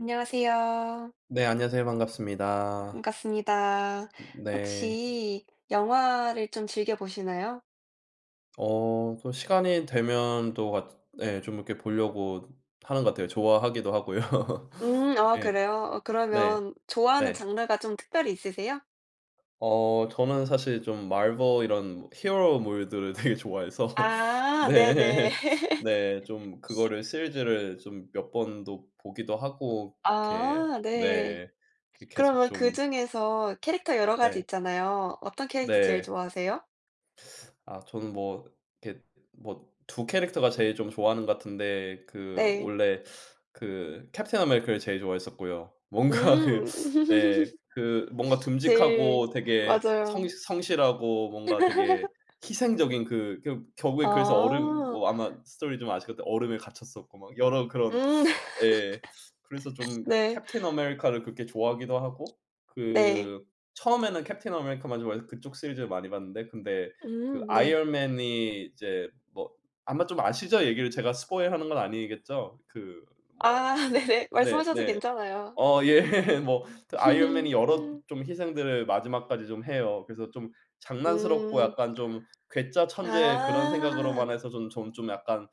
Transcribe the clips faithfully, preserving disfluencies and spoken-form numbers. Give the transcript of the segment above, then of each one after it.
안녕하세요. 네, 안녕하세요. 반갑습니다. 반갑습니다. 네. 혹시 영화를 좀 즐겨 보시나요? 어 또 시간이 되면 또 같 예, 좀 이렇게 보려고 하는 것 같아요. 좋아하기도 하고요. 음 아 예. 그래요? 어 네. 그러면 좋아하는 네. 장르가 좀 특별히 있으세요? 어 저는 사실 좀 마블 이런 히어로물들을 되게 좋아해서 아 네. 네네. 네, 좀 그거를 시리즈를 좀 몇 번도 보기도 하고 이렇게. 아 네. 네. 이렇게 계속 그러면 좀. 그중에서 캐릭터 여러 가지 네. 있잖아요. 어떤 캐릭터 제일 네. 좋아하세요? 아, 저는 뭐 이렇게, 뭐 두 캐릭터가 제일 좀 좋아하는 것 같은데, 그 네. 원래 그 캡틴 아메리카를 제일 좋아했었고요. 뭔가 그, 음. 네, 그 뭔가 제일 듬직하고 되게 성 맞아요. 성실하고 뭔가 되게 희생적인. 그 그 결국에, 그래서 얼음 아. 뭐 아마 스토리 좀 아실 건데, 얼음에 갇혔었고 막 여러 그런. 음 예. 그래서 좀 네. 캡틴 아메리카를 그렇게 좋아하기도 하고 네. 그 처음에는 캡틴 아메리카만 좋아해서 그쪽 시리즈를 많이 봤는데, 근데 그 음 네. 아이언맨이 이제 뭐 아마 좀 아시죠? 얘기를 제가 스포일하는 건 아니겠죠? 그 뭐. 아 네네. 네, 말씀하셔도 네. 괜찮아요. 어 예. 뭐 그 아이언맨이 여러 좀 희생들을 마지막까지 좀 해요. 그래서 좀 장난스럽고 음. 약간 좀 괴짜 천재 그런 아 생각으로만 해서 좀 전 좀 약간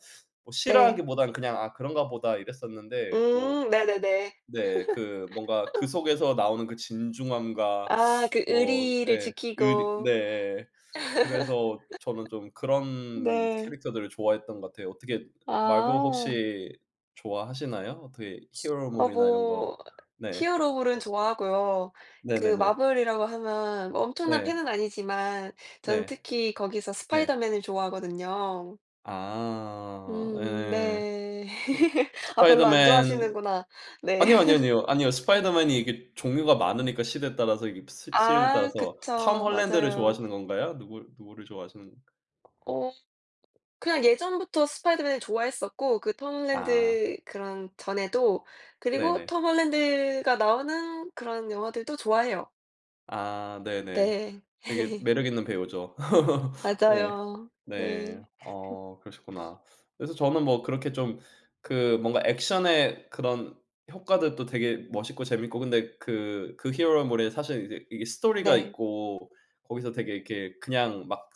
뭐 네. 싫어하기보다는 그냥 '아, 그런가 보다.' 이랬었는데 또. 음 네네네. 네. 그 뭔가 그 속에서 나오는 그 진중함과 아 그 뭐, 의리를 예. 의리. 지키고 네. 그래서 저는 좀 그런 네. 캐릭터들을 좋아했던 것 같아요. 어떻게, 마블 아. 혹시 좋아하시나요? 어떻게 어 히어로물이나 이런 거. 뭐 네. 히어로물은 좋아하고요. 그 네네네. 마블이라고 하면 뭐 엄청난 네. 팬은 아니지만 저는 네. 특히 거기서 네. 스파이더맨을 좋아하거든요. 아. 음 예. 네. 아 별로 안 스파이더맨. 좋아하시는구나. 네. 아니요, 아니요, 아니요. 아니요. 스파이더맨이 이게 종류가 많으니까 시대에 따라서, 이게 시 시리즈에 아 따라서, 톰 그쵸. 홀랜드를 맞아요. 좋아하시는 건가요? 누구, 누구를 좋아하시는. 어 그냥 예전부터 스파이더맨을 좋아했었고 그 톰 아 홀랜드 그런 전에도 그리고 네네. 톰 홀랜드가 나오는 그런 영화들도 좋아해요. 아 네네. 네. 되게 매력 있는 배우죠. 네. 맞아요. 네. 네. 어, 그러셨구나. 그래서 저는 뭐 그렇게 좀 그 뭔가 액션의 그런 효과들도 되게 멋있고 재밌고, 근데 그 그 히어로물에 사실 이제 이게 스토리가 네. 있고, 거기서 되게 이렇게 그냥 막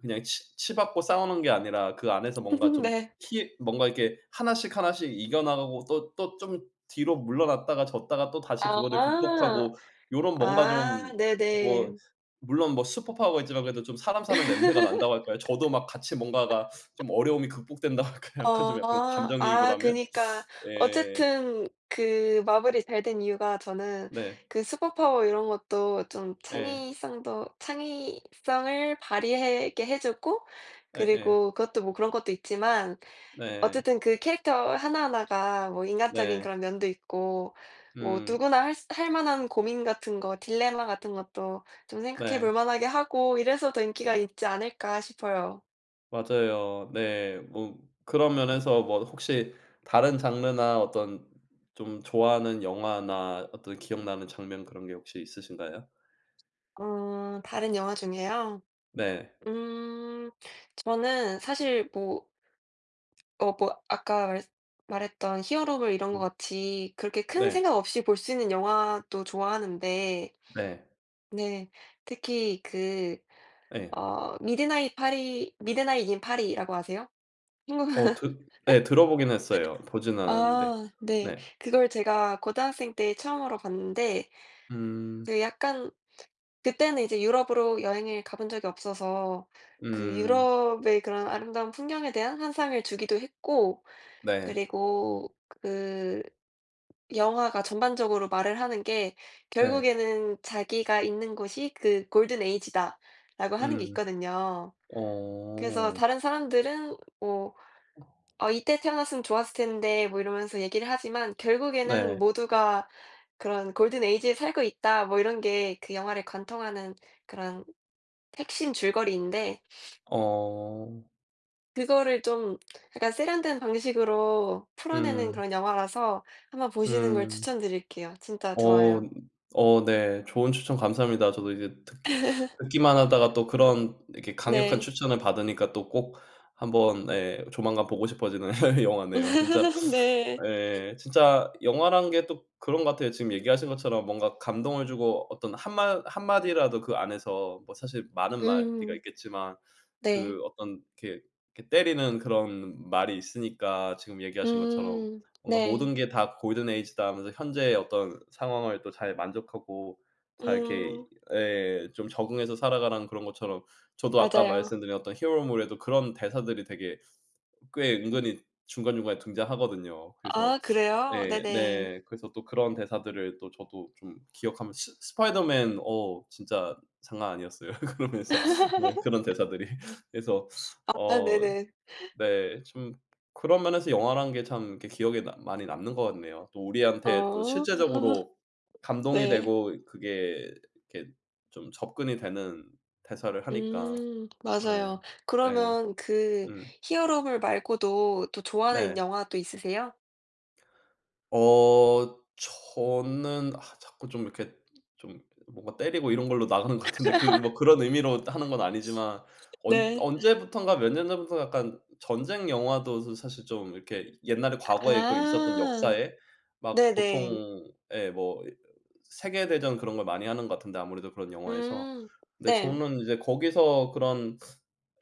그냥 치 치받고 싸우는 게 아니라 그 안에서 뭔가 좀 네. 히 뭔가 이렇게 하나씩 하나씩 이겨 나가고, 또 또 좀 뒤로 물러났다가 졌다가 또다시 그거를 아. 극복하고 요런 뭔가 아 좀 네네. 뭐 물론 뭐 슈퍼파워가 있지만 그래도 좀 사람 사는 냄새가 난다고 할까요? 저도 막 같이 뭔가가 좀 어려움이 극복된다고 할까요? 약간 좀 약간 어. 감정이입을 아 하면? 그니까 예. 어쨌든 그 마블이 잘 된 이유가 저는 네. 그 슈퍼파워 이런 것도 좀 예. 창의성도 창의성을 발휘하게 해 주고 예예. 그리고 그것도 뭐 그런 것도 있지만 네. 어쨌든 그 캐릭터 하나하나가 뭐 인간적인 네. 그런 면도 있고 뭐 음. 누구나 할 수 할 만한 고민 같은 거 딜레마 같은 것도 좀 생각해 네. 볼 만하게 하고 이래서 더 인기가 있지 않을까 싶어요. 맞아요. 네. 뭐 그런 면에서 뭐 혹시 다른 장르나 어떤 좀 좋아하는 영화나 어떤 기억나는 장면, 그런 게 혹시 있으신가요? 음, 다른 영화 중에요? 네. 음. 저는 사실 뭐 어 뭐 아까 말 말했던 히어로물 이런 것 음. 같이 그렇게 큰 네. 생각 없이 볼 수 있는 영화도 좋아하는데 네. 네. 특히 그 예. 어 미드나잇 파리 미드나잇 인 파리라고 아세요? 어 드 예, 들어보긴 했어요. 보진 않았는데. 아 네. 네. 그걸 제가 고등학생 때 처음으로 봤는데 음. 그 약간 그때는 이제 유럽으로 여행을 가본 적이 없어서 그 음. 유럽의 그런 아름다운 풍경에 대한 환상을 주기도 했고 네. 그리고 그 영화가 전반적으로 말을 하는 게 네. 결국에는 자기가 있는 곳이 그 골든 에이지다라고 하는 게 음. 있거든요. 그래서 어. 다른 사람들은 뭐 "어 이때 태어났으면 좋았을 텐데." 뭐 이러면서 얘기를 하지만 결국에는 네. 모두가 그런 '골든 에이지에 살고 있다.' 뭐 이런 게 그 영화를 관통하는 그런 핵심 줄거리인데 어. 그거를 좀 약간 세련된 방식으로 풀어내는 음. 그런 영화라서 한번 보시는 걸 음. 추천드릴게요. 진짜 어 좋아요. 어 네. 좋은 추천 감사합니다. 저도 이제 듣기 듣기만 하다가 또 그런 이렇게 강력한 네. 추천을 받으니까 또 꼭 한번, 예, 조만간 보고 싶어지는 영화네요. 진짜. 네. 예, 진짜 영화란 게 또 그런 것 같아요. 지금 얘기하신 것처럼 뭔가 감동을 주고 어떤 한 마 한 마디라도, 그 안에서 뭐 사실 많은 마디가 음. 있겠지만, 네. 그 어떤 이렇게 이렇게 때리는 그런 말이 있으니까. 지금 얘기하신 것처럼 음. 뭔가 네. 모든 게 다 골든 에이지다 하면서 현재의 어떤 상황을 또 잘 만족하고, 잘 이렇게, 음. 예, 좀 적응해서 살아가라는 그런 것처럼. 저도 아까 맞아요. 말씀드린 어떤 히어로물에도 그런 대사들이 되게 꽤 은근히 중간중간에 등장하거든요. 그래서 아 그래요? 예, 네네. 네, 그래서 또 그런 대사들을 또 저도 좀 기억하면 스 스파이더맨 어 진짜 장난 아니었어요. 그러면서 네, 그런 대사들이. 그래서. 아 어. 네네. 네. 좀 그런 면에서 영화라는 게 참 이렇게 기억에 남, 많이 남는 것 같네요. 또 우리한테 또 어. 실제적으로 감동이 네. 되고, 그게 이렇게 좀 접근이 되는 대사를 하니까. 음. 예. 맞아요. 예. 그러면 그 음. 히어로물 말고도 또 좋아하는 네. 영화 또 있으세요? 어 저는 아 자꾸 좀 이렇게 좀 뭔가 때리고 이런 걸로 나가는 것 같은데 그 뭐 그런 의미로 하는 건 아니지만, 언 네. 언제부턴가 몇 년 전부터 약간 전쟁 영화도 저 사실 좀 이렇게 옛날에 과거에 그 있었던 아. 역사에 막 네네. 보통 예 뭐 세계 대전 그런 걸 많이 하는 것 같은데, 아무래도 그런 영화에서. 음. 근데 네. 저는 이제 거기서 그런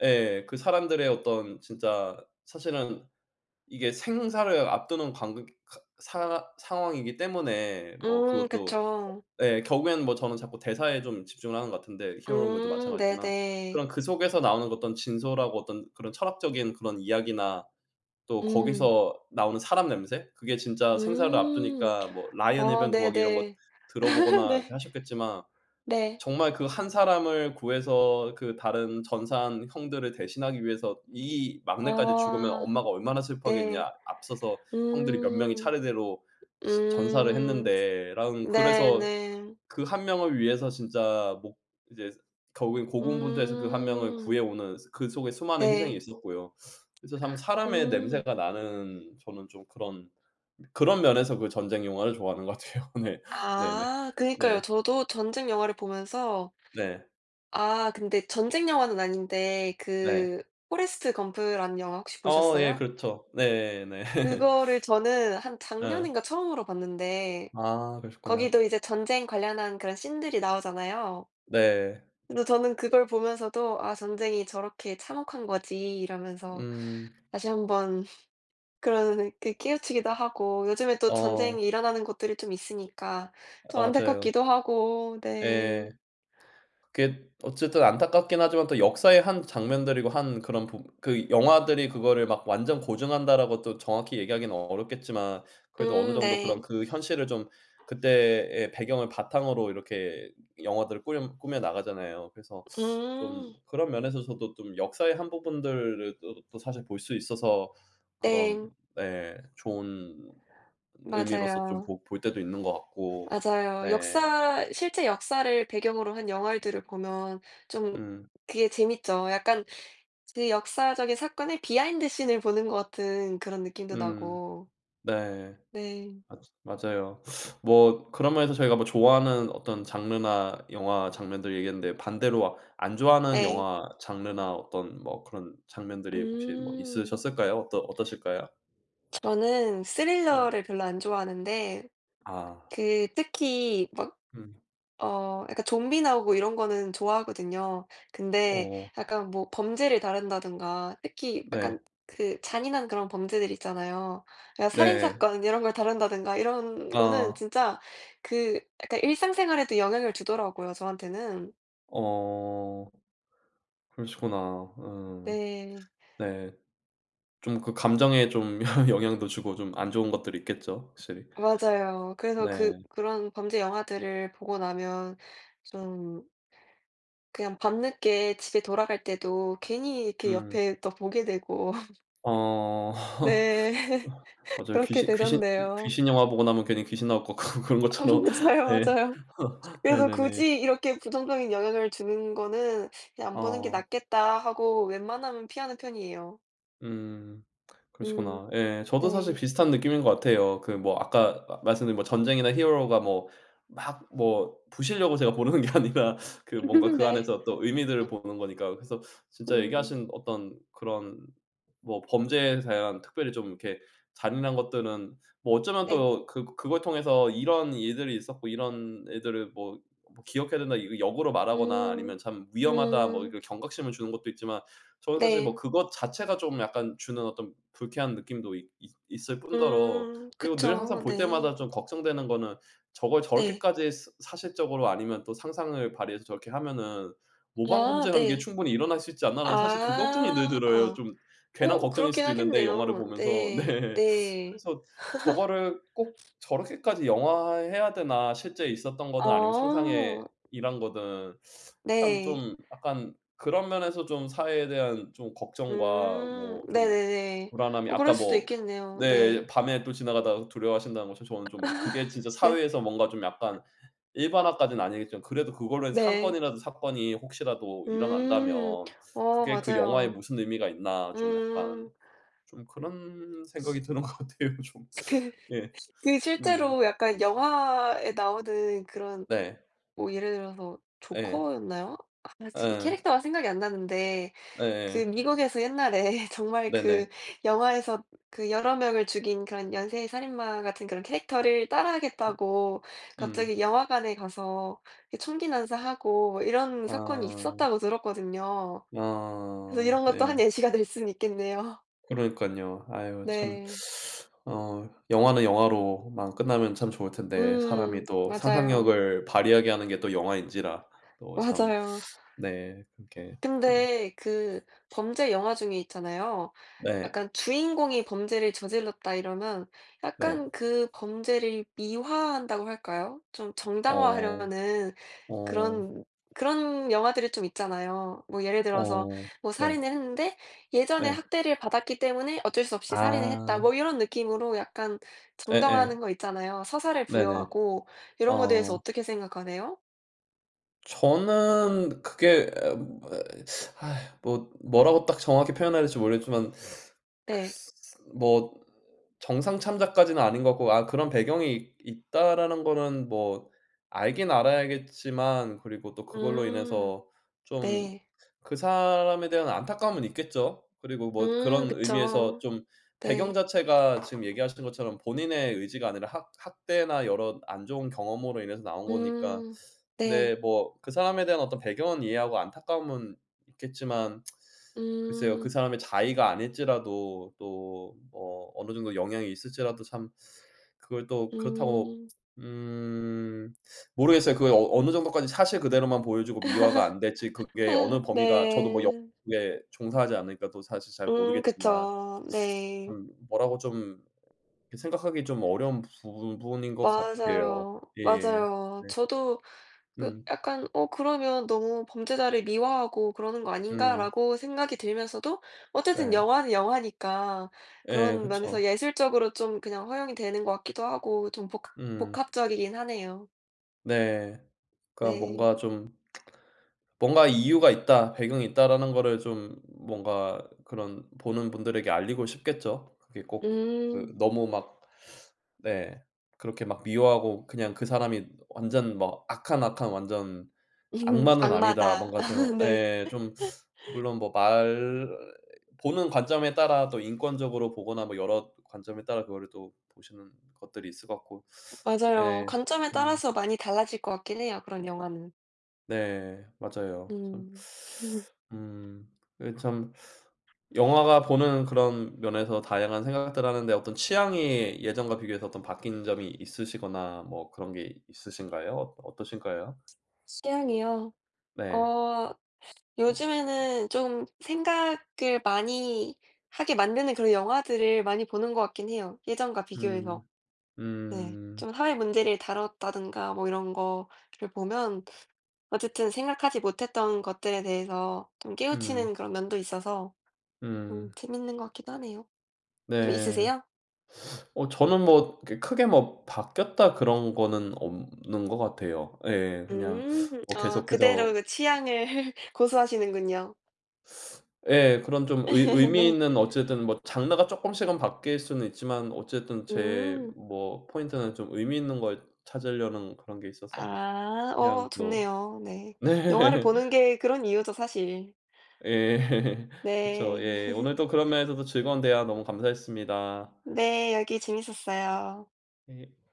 예 그 사람들의 어떤 진짜 사실은 이게 생사를 앞두는 관극 가 사 상황이기 때문에 뭐 음 그것도, 그쵸. 예 결국에는 뭐 저는 자꾸 대사에 좀 집중을 하는 것 같은데 히어로물도 음 마찬가지지만, 네네. 그런 그 속에서 나오는 그 어떤 진솔하고 어떤 그런 철학적인 그런 이야기나, 또 음. 거기서 나오는 사람 냄새? 그게 진짜 생사를 음. 앞두니까 뭐 라이언 어 일병 구하기 이런 거 네네. 들어보거나 이렇게 네. 하셨겠지만, 네. 정말 그 한 사람을 구해서 그 다른 전사한 형들을 대신하기 위해서, 이 막내까지 죽으면 아 엄마가 얼마나 네. 슬퍼하겠냐. 앞서서 형들이 몇 명이 음. 차례대로 시 전사를 음. 했는데 라는, 그래서 네네. 그 한 명을 위해서 진짜 목, 이제 결국엔 고군분투해서 그 한 명을 음. 구해오는 그 속에 수많은 희생이 네. 있었고요. 그래서 참 사람의 음. 냄새가 나는, 저는 좀 그런, 그런 면에서 그 전쟁 영화를 좋아하는 것 같아요. 네. 네네. 아 그니까요. 네. 저도 전쟁 영화를 보면서 네. 아 근데 전쟁 영화는 아닌데 네. 그 포레스트 검프라는 영화 혹시 어 예, 보셨어요? 그렇죠. 네네. 그거를 저는 한 예. 작년인가 처음으로 봤는데 아, 그러셨구나. 거기도 이제 전쟁 관련한 그런 씬들이 나오잖아요. 네. 근데 저는 그걸 보면서도 '아 전쟁이 저렇게 참혹한 거지.' 이러면서 음. 다시 한번 그런 그 깨우치기도 하고 요즘에 또 어, 전쟁이 일어나는 곳들이 좀 있으니까 좀 맞아요. 안타깝기도 하고 네. 예. 그게 어쨌든 안타깝긴 하지만 또 역사의 한 장면들이고, 한 그런 부, 그 영화들이 그거를 막 완전 고증한다라고 또 정확히 얘기하기는 어렵겠지만 그래도 어느 음 정도 네. 그런 그 현실을 좀, 그때의 배경을 바탕으로 이렇게 영화들을 꾸 꾸며 나가잖아요. 그래서 좀 음. 그런 면에서 저도 좀 역사의 한 부분들을 또 또 사실 볼 수 있어서, 그런, 네. 네 좋은 의미로서 좀 맞아요. 보 볼 때도 있는 것 같고. 맞아요. 네. 역사 실제 역사를 배경으로 한 영화들을 보면 좀 음. 그게 재밌죠. 약간 그 역사적인 사건의 비하인드 씬을 보는 것 같은 그런 느낌도 음. 나고. 네. 네. 맞 맞아요. 뭐 그런 면에서 저희가 뭐 좋아하는 어떤 장르나 영화 장면들 얘기했는데, 반대로 아, 안 좋아하는 예. 영화 장르나 어떤 뭐 그런 장면들이 혹시 뭐 음. 있으셨을까요? 어떠 어떠실까요? 저는 예. 스릴러를 별로 안 좋아하는데 아. 그 특히 막 음. 어 약간 좀비 나오고 이런 거는 좋아하거든요. 근데 어. 약간 뭐 범죄를 다룬다든가 특히 네. 약간 그 잔인한 그런 범죄들 있잖아요. 그러니까 살인 네. 사건 이런 걸 다룬다든가 이런 거는 아. 진짜 그 약간 일상생활에도 영향을 주더라고요, 저한테는. 어. 그러시구나. 음. 네. 네. 좀 그 감정에 좀 영향도 주고 좀 안 좋은 것들이 있겠죠, 확실히. 맞아요. 그래서 그 네. 그런 범죄 영화들을 보고 나면 좀 그냥 밤늦게 집에 돌아갈 때도 괜히 이렇게 음. 옆에 또 보게 되고 어. 네. 맞아요. 그렇게 귀신 귀신 되던데요. 귀신 영화 보고 나면 괜히 귀신 나올 것 같고 그런 어 것처럼. 맞아요, 네. 맞아요. 그래서 네네네. 굳이 이렇게 부정적인 영향을 주는 거는 '그냥 안 보는 게 어. 낫겠다.' 하고 웬만하면 피하는 편이에요. 음. 음 그러시구나. 예. 저도 사실 네. 비슷한 느낌인 것 같아요. 그 뭐 아까 마 말씀드린 뭐 전쟁이나 히어로가 뭐 막 뭐 부시려고 제가 보는 게 아니라, 그 뭔가 그 네. 안에서 또 의미들을 보는 거니까. 그래서 진짜 음 얘기하신 어떤 그런, 뭐 범죄에 대한 특별히 좀 이렇게 잔인한 것들은 뭐, 어쩌면 네. 또 그 그걸 통해서 '이런 일들이 있었고 이런 일들을 뭐 뭐 기억해야 된다.' 이거 역으로 말하거나, 음. 아니면 '참 위험하다.' 뭐 음 이런 경각심을 주는 것도 있지만, 저는 사실 뭐 네. 그것 자체가 좀 약간 주는 어떤 불쾌한 느낌도 있 있 있을 뿐더러, 음 그리고 늘 항상 그쵸. 볼 네. 때마다 좀 걱정되는 거는, 저걸 네. 저렇게까지 사 사실적으로 아니면 또 상상을 발휘해서 저렇게 하면은 '모방 아 범죄라는 게 네. 충분히 일어날 수 있지 않나.'라는 사실 그 걱정이 늘 아. 들어요. 좀 괜한 어 걱정일 그렇긴 수도 있는데 영화를 하겠네요. 보면서. 네. 네. 네. 그래서 저거를 꼭 저렇게까지 영화화해야 되나, 실제 있었던 거든 아니면 아 상상의 일환 거든, 참 네. 좀 약간, 그런 면에서 좀 사회에 대한 좀 걱정과 음 뭐 좀 네네네. 불안함이, 어 그럴 아까 수도 뭐, 있겠네요. 네 네. 밤에 또 지나가다가 두려워하신다는 것처럼 저는 좀 그게 진짜 네. 사회에서 뭔가 좀 약간 일반화까지는 아니겠지만 그래도 그걸로 해서 네. 사건이라도, 사건이 혹시라도 일어난다면 음. 어 그게 그 영화에 맞아요. 무슨 의미가 있나, 좀 약간 음. 좀 그런 생각이 드는 것 같아요. 좀. 그 예. 그 음. 실제로 약간 영화에 나오는 그런 네. 뭐 예를 들어서 예. 조커였나요? 아 지금 예. 캐릭터가 생각이 안 나는데 그 예예. 미국에서 옛날에 정말 그 네네. 영화에서 그 여러 명을 죽인 그런 연쇄 살인마 같은 그런 캐릭터를 따라하겠다고 음. 갑자기 영화관에 가서 이 총기 난사하고 뭐 이런 사건이 아. 있었다고 들었거든요. 그래서 아. 이런 것도 예. 한 예시가 될 수는 있겠네요. 그러니깐요. 아유 참. 네. 어 영화는 영화로만 끝나면 참 좋을 텐데 사람이 음. 또 맞아요. 상상력을 발휘하게 하는 게 또 영화인지라 또 참, 맞아요. 네 그렇게 좀. 근데 그 범죄 영화 중에 있잖아요. 네. 약간 주인공이 범죄를 저질렀다 이러면 네. 약간 그 범죄를 미화한다고 할까요? 좀 어. 정당화하려는 어. 그런 그런 영화들이 좀 있잖아요. 뭐 예를 들어서 어. 뭐 네. 살인을 했는데 예전에 네. 학대를 받았기 때문에 어쩔 수 없이 살인을 했다. 아. 뭐 이런 느낌으로 약간 예예. 정당화하는 거 있잖아요. 서사를 네네. 부여하고 이런 거에 대해서 어 어떻게 생각하세요? 저는 그게 뭐뭐 뭐라고 딱 정확히 표현해야 될지 모르겠지만, 글쎄 네. 뭐 정상 참작까지는 아닌 것 같고, 아 그런 배경이 있 있다라는 거는 뭐 알긴 알아야겠지만, 그리고 또 그걸로 음. 인해서 좀 네. 그 사람에 대한 안타까움은 있겠죠. 그리고 뭐 음 그런 의미에서 그쵸. 좀 배경 네. 자체가 지금 얘기하신 것처럼 본인의 의지가 아니라 학 학대나 여러 안 좋은 경험으로 인해서 나온 거니까, 음. 네. 네 뭐 그 사람에 대한 어떤 배경은 이해하고 안타까움은 있겠지만, 글쎄요. 그 음. 사람의 자의가 아닐지라도 또 뭐 어느 정도 영향이 있을지라도, 참 그걸 또 그렇다고, 음. 음, 모르겠어요. 그게 어 어느 정도까지 사실 그대로만 보여주고 미화가 안 될지, 그게 어느 범위가 저도 뭐 네. 영국에 종사하지 않으니까 또 사실 잘 음 모르겠지만, 그쵸. 네. 참 뭐라고 좀 이렇게 생각하기 좀 어려운 부분인 것 같아요. 맞아요. 예. 맞아요. 네. 저도 그 음. 약간 '어 그러면 너무 범죄자를 미화하고 그러는 거 음. 아닌가?'라고 생각이 들면서도 어쨌든 네. 영화는 영화니까 예. 그런 면에서 그쵸. 예술적으로 좀 그냥 허용이 되는 것 같기도 하고 좀 복합 음. 복합적이긴 하네요. 네. 그러니까 네. 뭔가 좀 뭔가 이유가 있다, 배경이 있다라는 거를 좀 뭔가, 그런 보는 분들에게 알리고 싶겠죠. 그게 꼭 그 음. 너무 막. 네. 그렇게 막 미워하고 그냥 그 사람이 완전 막 악한, 악한 완전 음 악마는 아니다. 악마다. 뭔가 좀, 네. 예 좀 물론 뭐 말 보는 관점에 따라 또 인권적으로 보거나 뭐 여러 관점에 따라 그거를 또 보시는 것들이 있을 것 같고. 예. 맞아요. 관점에 음. 따라서 많이 달라질 것 같긴 해요, 그런 영화는. 네. 맞아요. 참. 음. 음. 그참 영화가 보는 그런 면에서 다양한 생각들 하는데, 어떤 취향이 예전과 비교해서 어떤 바뀐 점이 있으시거나 뭐 그런 게 있으신가요? 어 어떠신가요? 취향이요? 네. 어 요즘에는 좀 생각을 많이 하게 만드는 그런 영화들을 많이 보는 것 같긴 해요, 예전과 비교해서. 음. 네. 음. 좀 사회 문제를 다뤘다든가 뭐 이런 거를 보면 어쨌든 생각하지 못했던 것들에 대해서 좀 음. 깨우치는 그런 면도 있어서 음 음. 재밌는 것 같기도 하네요. 좀 네. 있으세요? 어 저는 뭐 이렇게 크게 뭐 바뀌었다 그런 거는 없는 것 같아요. 예. 그냥 음. 뭐 어 계속해서, 그대로 그 취향을 고수하시는군요. 예. 그런 좀 의 의미 네. 있는 어쨌든 뭐 장르가 쪼끔씩은 바뀔 수는 있지만, 어쨌든 제 음. 뭐 포인트는 좀 의미 있는 걸 찾으려는 그런 게 있어서 아. 어 그냥 뭐. 좋네요. 네. 영화를 보는 게 그런 이유죠 사실. 네. 예. 그쵸. 네. 예. 오늘도 그런 면에서도 즐거운 대화 너무 감사했습니다. 네. 여기 재밌었어요. 예.